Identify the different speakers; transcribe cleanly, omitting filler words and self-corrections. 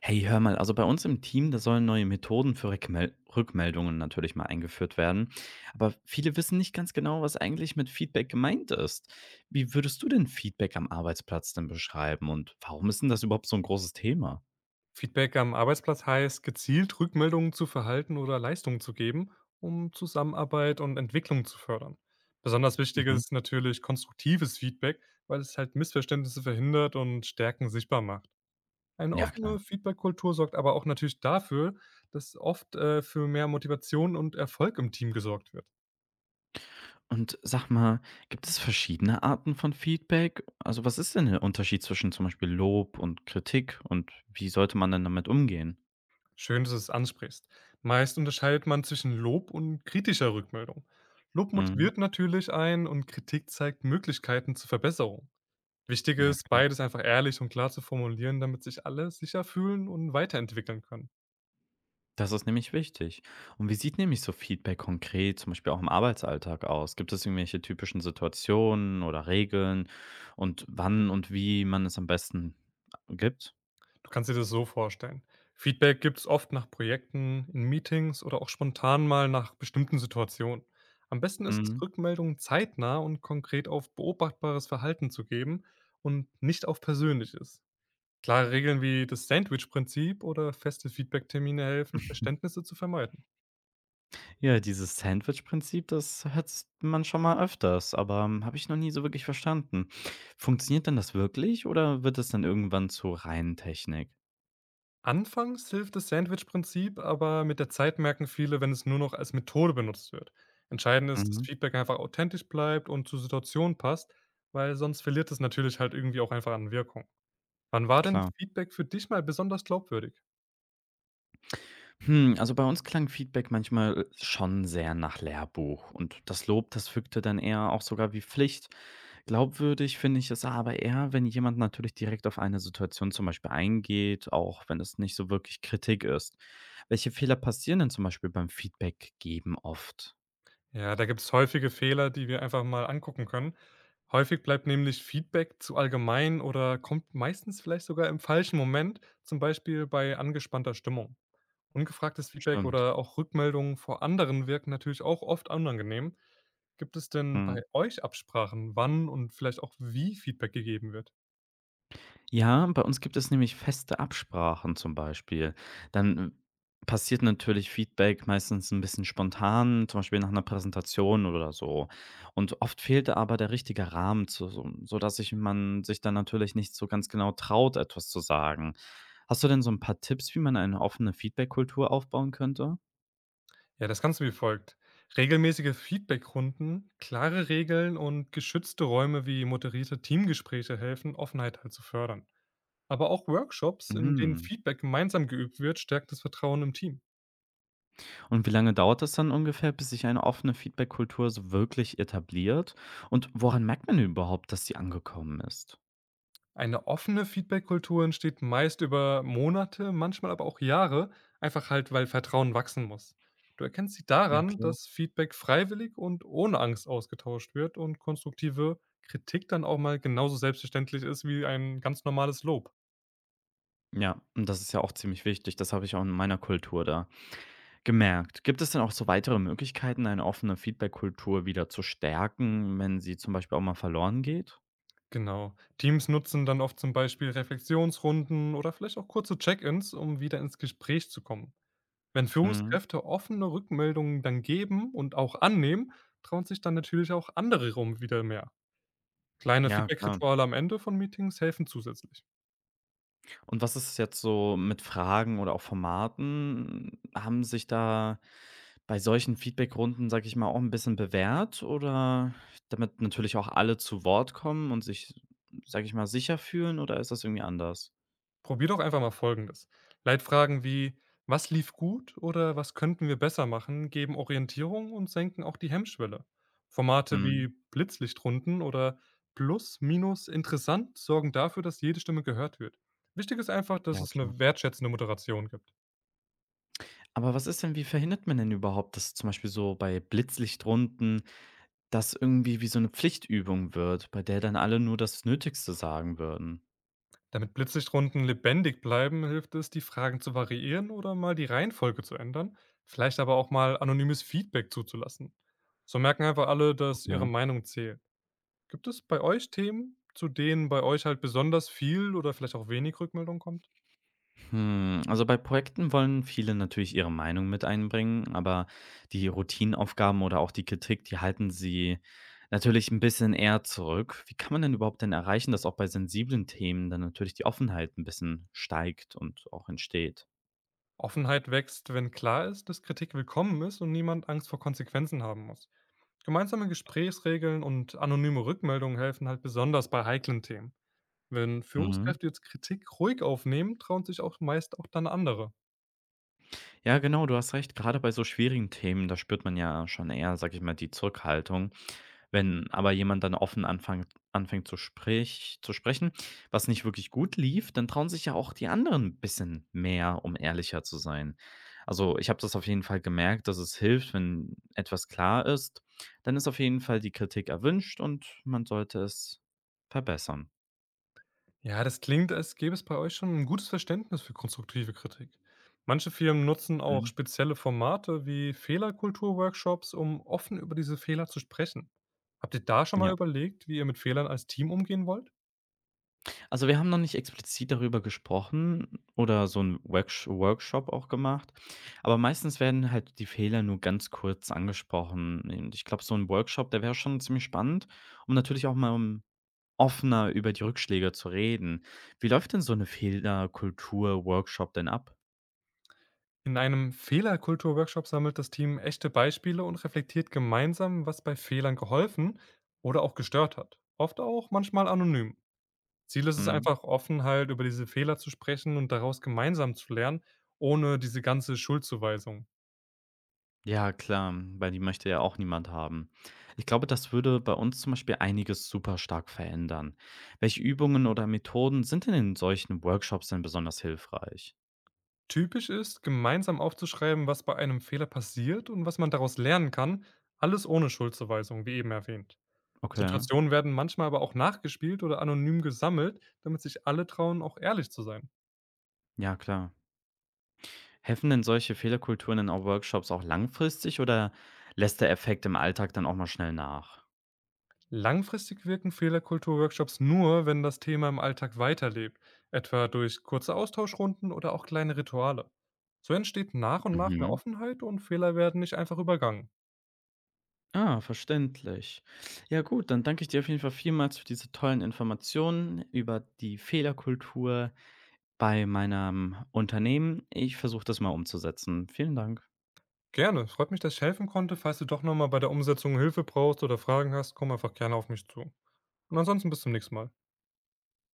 Speaker 1: Hey, hör mal, also bei uns im Team, da sollen neue Methoden für Rückmeldungen natürlich mal eingeführt werden. Aber viele wissen nicht ganz genau, was eigentlich mit Feedback gemeint ist. Wie würdest du denn Feedback am Arbeitsplatz denn beschreiben und warum ist denn das überhaupt so ein großes Thema?
Speaker 2: Feedback am Arbeitsplatz heißt, gezielt Rückmeldungen zu Verhalten oder Leistungen zu geben, um Zusammenarbeit und Entwicklung zu fördern. Besonders wichtig
Speaker 1: Mhm.
Speaker 2: ist natürlich konstruktives Feedback, weil es halt Missverständnisse verhindert und Stärken sichtbar macht. Eine
Speaker 1: Ja, klar.
Speaker 2: offene Feedback-Kultur sorgt aber auch natürlich dafür, dass oft für mehr Motivation und Erfolg im Team gesorgt wird.
Speaker 1: Und sag mal, gibt es verschiedene Arten von Feedback? Also was ist denn der Unterschied zwischen zum Beispiel Lob und Kritik und wie sollte man denn damit umgehen?
Speaker 2: Schön, dass du es ansprichst. Meist unterscheidet man zwischen Lob und kritischer Rückmeldung. Lob
Speaker 1: Mhm.
Speaker 2: motiviert natürlich einen und Kritik zeigt Möglichkeiten zur Verbesserung. Wichtig
Speaker 1: Ja,
Speaker 2: ist,
Speaker 1: klar.
Speaker 2: beides einfach ehrlich und klar zu formulieren, damit sich alle sicher fühlen und weiterentwickeln können.
Speaker 1: Das ist nämlich wichtig. Und wie sieht nämlich so Feedback konkret, zum Beispiel auch im Arbeitsalltag aus? Gibt es irgendwelche typischen Situationen oder Regeln und wann und wie man es am besten gibt?
Speaker 2: Du kannst dir das so vorstellen. Feedback gibt es oft nach Projekten, in Meetings oder auch spontan mal nach bestimmten Situationen. Am besten ist es,
Speaker 1: Mhm.
Speaker 2: Rückmeldungen zeitnah und konkret auf beobachtbares Verhalten zu geben und nicht auf Persönliches. Klare Regeln wie das Sandwich-Prinzip oder feste Feedback-Termine helfen, Verständnisse zu vermeiden.
Speaker 1: Ja, dieses Sandwich-Prinzip, das hört man schon mal öfters, aber habe ich noch nie so wirklich verstanden. Funktioniert denn das wirklich oder wird es dann irgendwann zur reinen Technik?
Speaker 2: Anfangs hilft das Sandwich-Prinzip, aber mit der Zeit merken viele, wenn es nur noch als Methode benutzt wird. Entscheidend ist, dass
Speaker 1: Mhm,
Speaker 2: Feedback einfach authentisch bleibt und zur Situation passt, weil sonst verliert es natürlich halt irgendwie auch einfach an Wirkung. Wann war denn
Speaker 1: klar.
Speaker 2: Feedback für dich mal besonders glaubwürdig?
Speaker 1: Hm, also bei uns klang Feedback manchmal schon sehr nach Lehrbuch und das Lob, das wirkte dann eher auch sogar wie Pflicht. Glaubwürdig finde ich es aber eher, wenn jemand natürlich direkt auf eine Situation zum Beispiel eingeht, auch wenn es nicht so wirklich Kritik ist. Welche Fehler passieren denn zum Beispiel beim Feedback geben oft?
Speaker 2: Ja, da gibt es häufige Fehler, die wir einfach mal angucken können. Häufig bleibt nämlich Feedback zu allgemein oder kommt meistens vielleicht sogar im falschen Moment, zum Beispiel bei angespannter Stimmung. Ungefragtes Feedback
Speaker 1: Stimmt.
Speaker 2: oder auch Rückmeldungen vor anderen wirken natürlich auch oft unangenehm. Gibt es denn bei euch Absprachen, wann und vielleicht auch wie Feedback gegeben wird?
Speaker 1: Ja, bei uns gibt es nämlich feste Absprachen zum Beispiel. Dann passiert natürlich Feedback meistens ein bisschen spontan, zum Beispiel nach einer Präsentation oder so. Und oft fehlte aber der richtige Rahmen zu so sodass sich man sich dann natürlich nicht so ganz genau traut, etwas zu sagen. Hast du denn so ein paar Tipps, wie man eine offene Feedbackkultur aufbauen könnte?
Speaker 2: Ja, das Ganze wie folgt. Regelmäßige Feedbackrunden, klare Regeln und geschützte Räume wie moderierte Teamgespräche helfen, Offenheit halt zu fördern. Aber auch Workshops, in denen
Speaker 1: Mhm.
Speaker 2: Feedback gemeinsam geübt wird, stärkt das Vertrauen im Team.
Speaker 1: Und wie lange dauert das dann ungefähr, bis sich eine offene Feedbackkultur so wirklich etabliert? Und woran merkt man überhaupt, dass sie angekommen ist?
Speaker 2: Eine offene Feedback-Kultur entsteht meist über Monate, manchmal aber auch Jahre, einfach halt, weil Vertrauen wachsen muss. Du erkennst sie daran, dass Feedback freiwillig und ohne Angst ausgetauscht wird und konstruktive Kritik dann auch mal genauso selbstverständlich ist wie ein ganz normales Lob.
Speaker 1: Ja, und das ist ja auch ziemlich wichtig. Das habe ich auch in meiner Kultur da gemerkt. Gibt es denn auch so weitere Möglichkeiten, eine offene Feedback-Kultur wieder zu stärken, wenn sie zum Beispiel auch mal verloren geht?
Speaker 2: Genau. Teams nutzen dann oft zum Beispiel Reflexionsrunden oder vielleicht auch kurze Check-ins, um wieder ins Gespräch zu kommen. Wenn
Speaker 1: Mhm.
Speaker 2: Führungskräfte offene Rückmeldungen dann geben und auch annehmen, trauen sich dann natürlich auch andere rum wieder mehr. Kleine
Speaker 1: Ja, klar.
Speaker 2: Feedback-Rituale am Ende von Meetings helfen zusätzlich.
Speaker 1: Und was ist jetzt so mit Fragen oder auch Formaten? Haben sich da bei solchen Feedbackrunden, sage ich mal, auch ein bisschen bewährt oder damit natürlich auch alle zu Wort kommen und sich, sage ich mal, sicher fühlen oder ist das irgendwie anders?
Speaker 2: Probier doch einfach mal Folgendes. Leitfragen wie „Was lief gut?“ oder „Was könnten wir besser machen?“ geben Orientierung und senken auch die Hemmschwelle. Formate
Speaker 1: Mhm.
Speaker 2: wie Blitzlichtrunden oder „Plus, Minus, Interessant“ sorgen dafür, dass jede Stimme gehört wird. Wichtig ist einfach, dass
Speaker 1: Ja,
Speaker 2: es
Speaker 1: klar.
Speaker 2: eine wertschätzende Moderation gibt.
Speaker 1: Aber was ist denn wie verhindert man denn überhaupt, dass zum Beispiel so bei Blitzlichtrunden das irgendwie wie so eine Pflichtübung wird, bei der dann alle nur das Nötigste sagen würden?
Speaker 2: Damit Blitzlichtrunden lebendig bleiben, hilft es, die Fragen zu variieren oder mal die Reihenfolge zu ändern, vielleicht aber auch mal anonymes Feedback zuzulassen. So merken einfach alle, dass ihre
Speaker 1: Okay.
Speaker 2: Meinung zählt. Gibt es bei euch Themen, zu denen bei euch halt besonders viel oder vielleicht auch wenig Rückmeldung kommt?
Speaker 1: Hm, also bei Projekten wollen viele natürlich ihre Meinung mit einbringen, aber die Routinenaufgaben oder auch die Kritik, die halten sie natürlich ein bisschen eher zurück. Wie kann man denn überhaupt denn erreichen, dass auch bei sensiblen Themen dann natürlich die Offenheit ein bisschen steigt und auch entsteht?
Speaker 2: Offenheit wächst, wenn klar ist, dass Kritik willkommen ist und niemand Angst vor Konsequenzen haben muss. Gemeinsame Gesprächsregeln und anonyme Rückmeldungen helfen halt besonders bei heiklen Themen. Wenn
Speaker 1: Mhm.
Speaker 2: Führungskräfte jetzt Kritik ruhig aufnehmen, trauen sich auch meist auch dann andere.
Speaker 1: Ja, genau, du hast recht. Gerade bei so schwierigen Themen, da spürt man ja schon eher, sag ich mal, die Zurückhaltung. Wenn aber jemand dann offen anfängt zu sprechen, was nicht wirklich gut lief, dann trauen sich ja auch die anderen ein bisschen mehr, um ehrlicher zu sein. Also ich habe das auf jeden Fall gemerkt, dass es hilft, wenn etwas klar ist, dann ist auf jeden Fall die Kritik erwünscht und man sollte es verbessern.
Speaker 2: Ja, das klingt, als gäbe es bei euch schon ein gutes Verständnis für konstruktive Kritik. Manche Firmen nutzen auch
Speaker 1: Mhm.
Speaker 2: spezielle Formate wie Fehlerkultur-Workshops, um offen über diese Fehler zu sprechen. Habt ihr da schon mal
Speaker 1: Ja.
Speaker 2: überlegt, wie ihr mit Fehlern als Team umgehen wollt?
Speaker 1: Also, wir haben noch nicht explizit darüber gesprochen oder so einen Workshop auch gemacht, aber meistens werden halt die Fehler nur ganz kurz angesprochen. Und ich glaube, so ein Workshop, der wäre schon ziemlich spannend, um natürlich auch mal, offener über die Rückschläge zu reden. Wie läuft denn so eine Fehlerkultur-Workshop denn ab?
Speaker 2: In einem Fehlerkultur-Workshop sammelt das Team echte Beispiele und reflektiert gemeinsam, was bei Fehlern geholfen oder auch gestört hat. Oft auch manchmal anonym. Ziel ist es
Speaker 1: Mhm.
Speaker 2: einfach offen halt über diese Fehler zu sprechen und daraus gemeinsam zu lernen, ohne diese ganze Schuldzuweisung.
Speaker 1: Ja, klar, weil die möchte ja auch niemand haben. Ich glaube, das würde bei uns zum Beispiel einiges super stark verändern. Welche Übungen oder Methoden sind denn in solchen Workshops denn besonders hilfreich?
Speaker 2: Typisch ist, gemeinsam aufzuschreiben, was bei einem Fehler passiert und was man daraus lernen kann, alles ohne Schuldzuweisung, wie eben erwähnt.
Speaker 1: Okay,
Speaker 2: Situationen werden manchmal aber auch nachgespielt oder anonym gesammelt, damit sich alle trauen, auch ehrlich zu sein.
Speaker 1: ja, klar. Helfen denn solche Fehlerkulturen in auch Workshops auch langfristig oder lässt der Effekt im Alltag dann auch mal schnell nach?
Speaker 2: Langfristig wirken Fehlerkultur-Workshops nur, wenn das Thema im Alltag weiterlebt, etwa durch kurze Austauschrunden oder auch kleine Rituale. So entsteht nach und nach mehr
Speaker 1: Mhm.
Speaker 2: Offenheit und Fehler werden nicht einfach übergangen.
Speaker 1: Ah, verständlich. Ja, gut, dann danke ich dir auf jeden Fall vielmals für diese tollen Informationen über die Fehlerkultur, bei meinem Unternehmen, ich versuche das mal umzusetzen. Vielen Dank.
Speaker 2: Gerne, freut mich, dass ich helfen konnte. Falls du doch nochmal bei der Umsetzung Hilfe brauchst oder Fragen hast, komm einfach gerne auf mich zu. Und ansonsten bis zum nächsten Mal.